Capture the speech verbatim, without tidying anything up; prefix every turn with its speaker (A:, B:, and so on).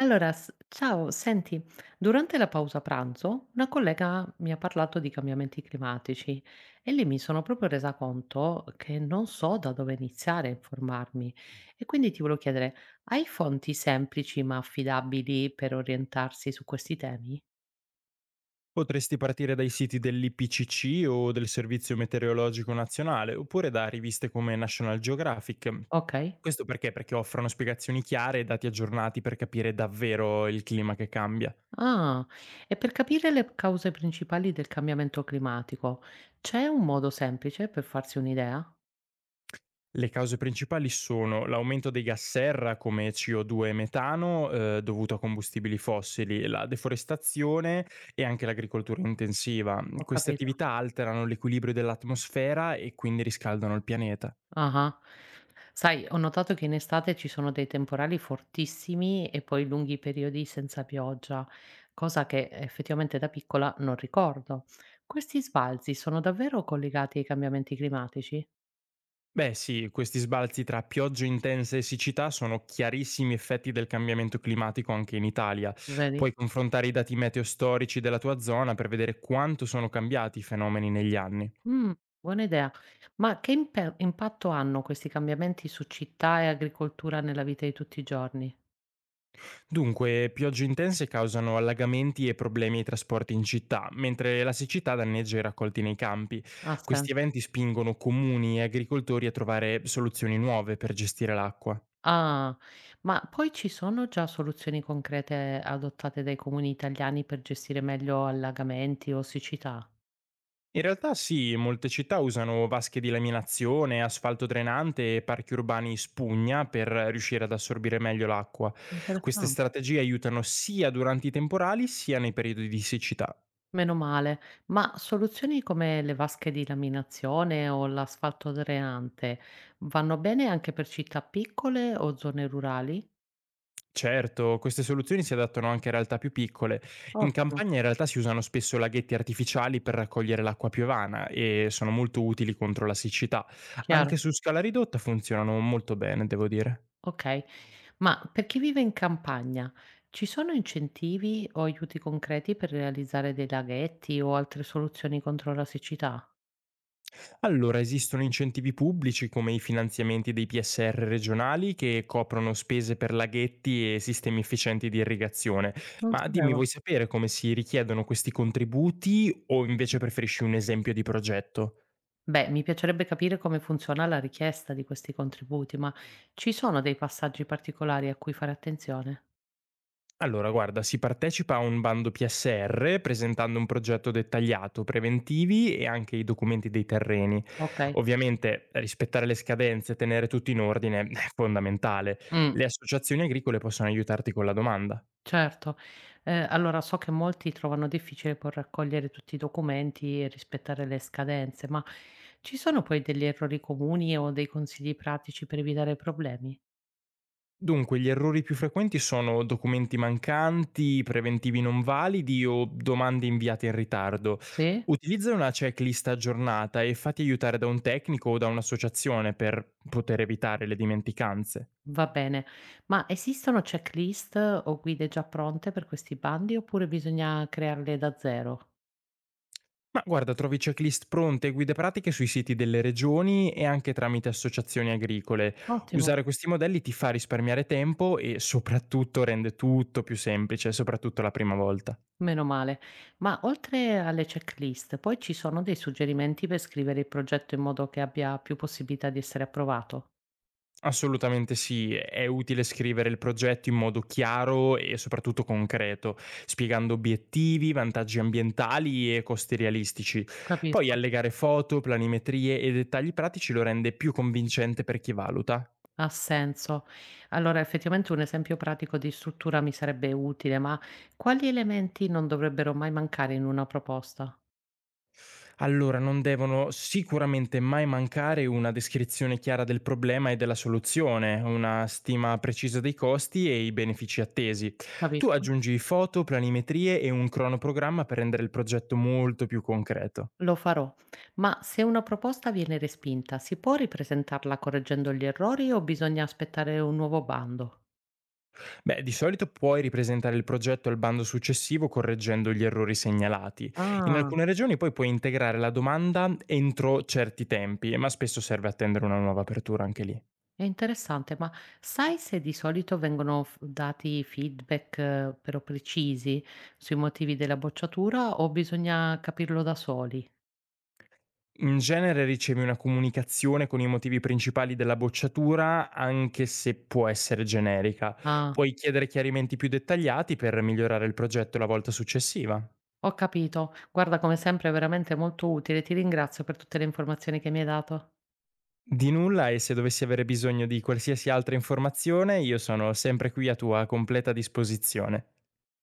A: Allora, s- ciao, senti, durante la pausa pranzo una collega mi ha parlato di cambiamenti climatici e lì mi sono proprio resa conto che non so da dove iniziare a informarmi e quindi ti volevo chiedere, hai fonti semplici ma affidabili per orientarsi su questi temi?
B: Potresti partire dai siti dell'I P C C o del Servizio Meteorologico Nazionale, oppure da riviste come National Geographic.
A: Ok.
B: Questo perché? Perché offrono spiegazioni chiare e dati aggiornati per capire davvero il clima che cambia.
A: Ah, e per capire le cause principali del cambiamento climatico, c'è un modo semplice per farsi un'idea?
B: Le cause principali sono l'aumento dei gas serra come C O due e metano eh, dovuto a combustibili fossili, la deforestazione e anche l'agricoltura intensiva.
A: Ho
B: Queste
A: capito.
B: attività alterano l'equilibrio dell'atmosfera e quindi riscaldano il pianeta.
A: Ah-ah. Sai, ho notato che in estate ci sono dei temporali fortissimi e poi lunghi periodi senza pioggia, cosa che effettivamente da piccola non ricordo. Questi sbalzi sono davvero collegati ai cambiamenti climatici?
B: Beh sì, questi sbalzi tra piogge intense e siccità sono chiarissimi effetti del cambiamento climatico anche in Italia.
A: Vedi?
B: Puoi confrontare i dati meteo storici della tua zona per vedere quanto sono cambiati i fenomeni negli anni.
A: Mh, buona idea. Ma che impe impatto hanno questi cambiamenti su città e agricoltura nella vita di tutti i giorni?
B: Dunque, piogge intense causano allagamenti e problemi ai trasporti in città, mentre la siccità danneggia i raccolti nei campi.
A: Ha
B: Questi
A: senso.
B: eventi spingono comuni e agricoltori a trovare soluzioni nuove per gestire l'acqua.
A: Ah, ma poi ci sono già soluzioni concrete adottate dai comuni italiani per gestire meglio allagamenti o siccità?
B: In realtà sì, molte città usano vasche di laminazione, asfalto drenante e parchi urbani spugna per riuscire ad assorbire meglio l'acqua. Queste
A: Interessante.
B: strategie aiutano sia durante i temporali sia nei periodi di siccità.
A: Meno male, ma soluzioni come le vasche di laminazione o l'asfalto dreante vanno bene anche per città piccole o zone rurali?
B: Certo, queste soluzioni si adattano anche a realtà più piccole. In
A: Ottimo,
B: campagna in realtà si usano spesso laghetti artificiali per raccogliere l'acqua piovana e sono molto utili contro la siccità.
A: chiaro.
B: Anche su scala ridotta funzionano molto bene, devo dire.
A: Ok, ma per chi vive in campagna, ci sono incentivi o aiuti concreti per realizzare dei laghetti o altre soluzioni contro la siccità?
B: Allora, esistono incentivi pubblici come i finanziamenti dei P S R regionali che coprono spese per laghetti e sistemi efficienti di irrigazione.
A: Non
B: Ma dimmi,
A: sapevo.
B: vuoi sapere come si richiedono questi contributi o invece preferisci un esempio di progetto?
A: Beh, mi piacerebbe capire come funziona la richiesta di questi contributi, ma ci sono dei passaggi particolari a cui fare attenzione?
B: Allora, guarda, si partecipa a un bando P S R presentando un progetto dettagliato, preventivi e anche i documenti dei terreni.
A: Ok.
B: Ovviamente rispettare le scadenze e tenere tutto in ordine è fondamentale.
A: Mm,
B: Le associazioni agricole possono aiutarti con la domanda.
A: certo. Eh, allora so che molti trovano difficile poi raccogliere tutti i documenti e rispettare le scadenze, ma ci sono poi degli errori comuni o dei consigli pratici per evitare problemi?
B: Dunque, gli errori più frequenti sono documenti mancanti, preventivi non validi o domande inviate in ritardo.
A: Sì?
B: Utilizza una checklist aggiornata e fatti aiutare da un tecnico o da un'associazione per poter evitare le dimenticanze.
A: Va bene. Ma esistono checklist o guide già pronte per questi bandi oppure bisogna crearle da zero?
B: Ma guarda, trovi checklist pronte e guide pratiche sui siti delle regioni e anche tramite associazioni agricole.
A: Ottimo.
B: Usare questi modelli ti fa risparmiare tempo e soprattutto rende tutto più semplice, soprattutto la prima volta.
A: Meno male. Ma oltre alle checklist, poi ci sono dei suggerimenti per scrivere il progetto in modo che abbia più possibilità di essere approvato?
B: Assolutamente sì, è utile scrivere il progetto in modo chiaro e soprattutto concreto, spiegando obiettivi, vantaggi ambientali e costi realistici. Poi
A: Capisco.
B: allegare foto, planimetrie e dettagli pratici lo rende più convincente per chi valuta.
A: Ha senso. Allora, effettivamente un esempio pratico di struttura mi sarebbe utile, ma quali elementi non dovrebbero mai mancare in una proposta?
B: Allora non devono sicuramente mai mancare una descrizione chiara del problema e della soluzione, una stima precisa dei costi e i benefici attesi. Tu
A: Capisco.
B: aggiungi foto, planimetrie e un cronoprogramma per rendere il progetto molto più concreto.
A: Lo farò. Ma se una proposta viene respinta, si può ripresentarla correggendo gli errori o bisogna aspettare un nuovo bando?
B: Beh, di solito puoi ripresentare il progetto al bando successivo correggendo gli errori segnalati. In
A: Ah.
B: alcune regioni poi puoi integrare la domanda entro certi tempi, ma spesso serve attendere una nuova apertura anche lì.
A: È interessante, ma sai se di solito vengono f dati feedback, ehm, però precisi sui motivi della bocciatura o bisogna capirlo da soli?
B: In genere ricevi una comunicazione con i motivi principali della bocciatura, anche se può essere generica.
A: Ah,
B: Puoi chiedere chiarimenti più dettagliati per migliorare il progetto la volta successiva.
A: ho capito. Guarda, come sempre è veramente molto utile. Ti ringrazio per tutte le informazioni che mi hai dato.
B: Di nulla e se dovessi avere bisogno di qualsiasi altra informazione, io sono sempre qui a tua completa disposizione.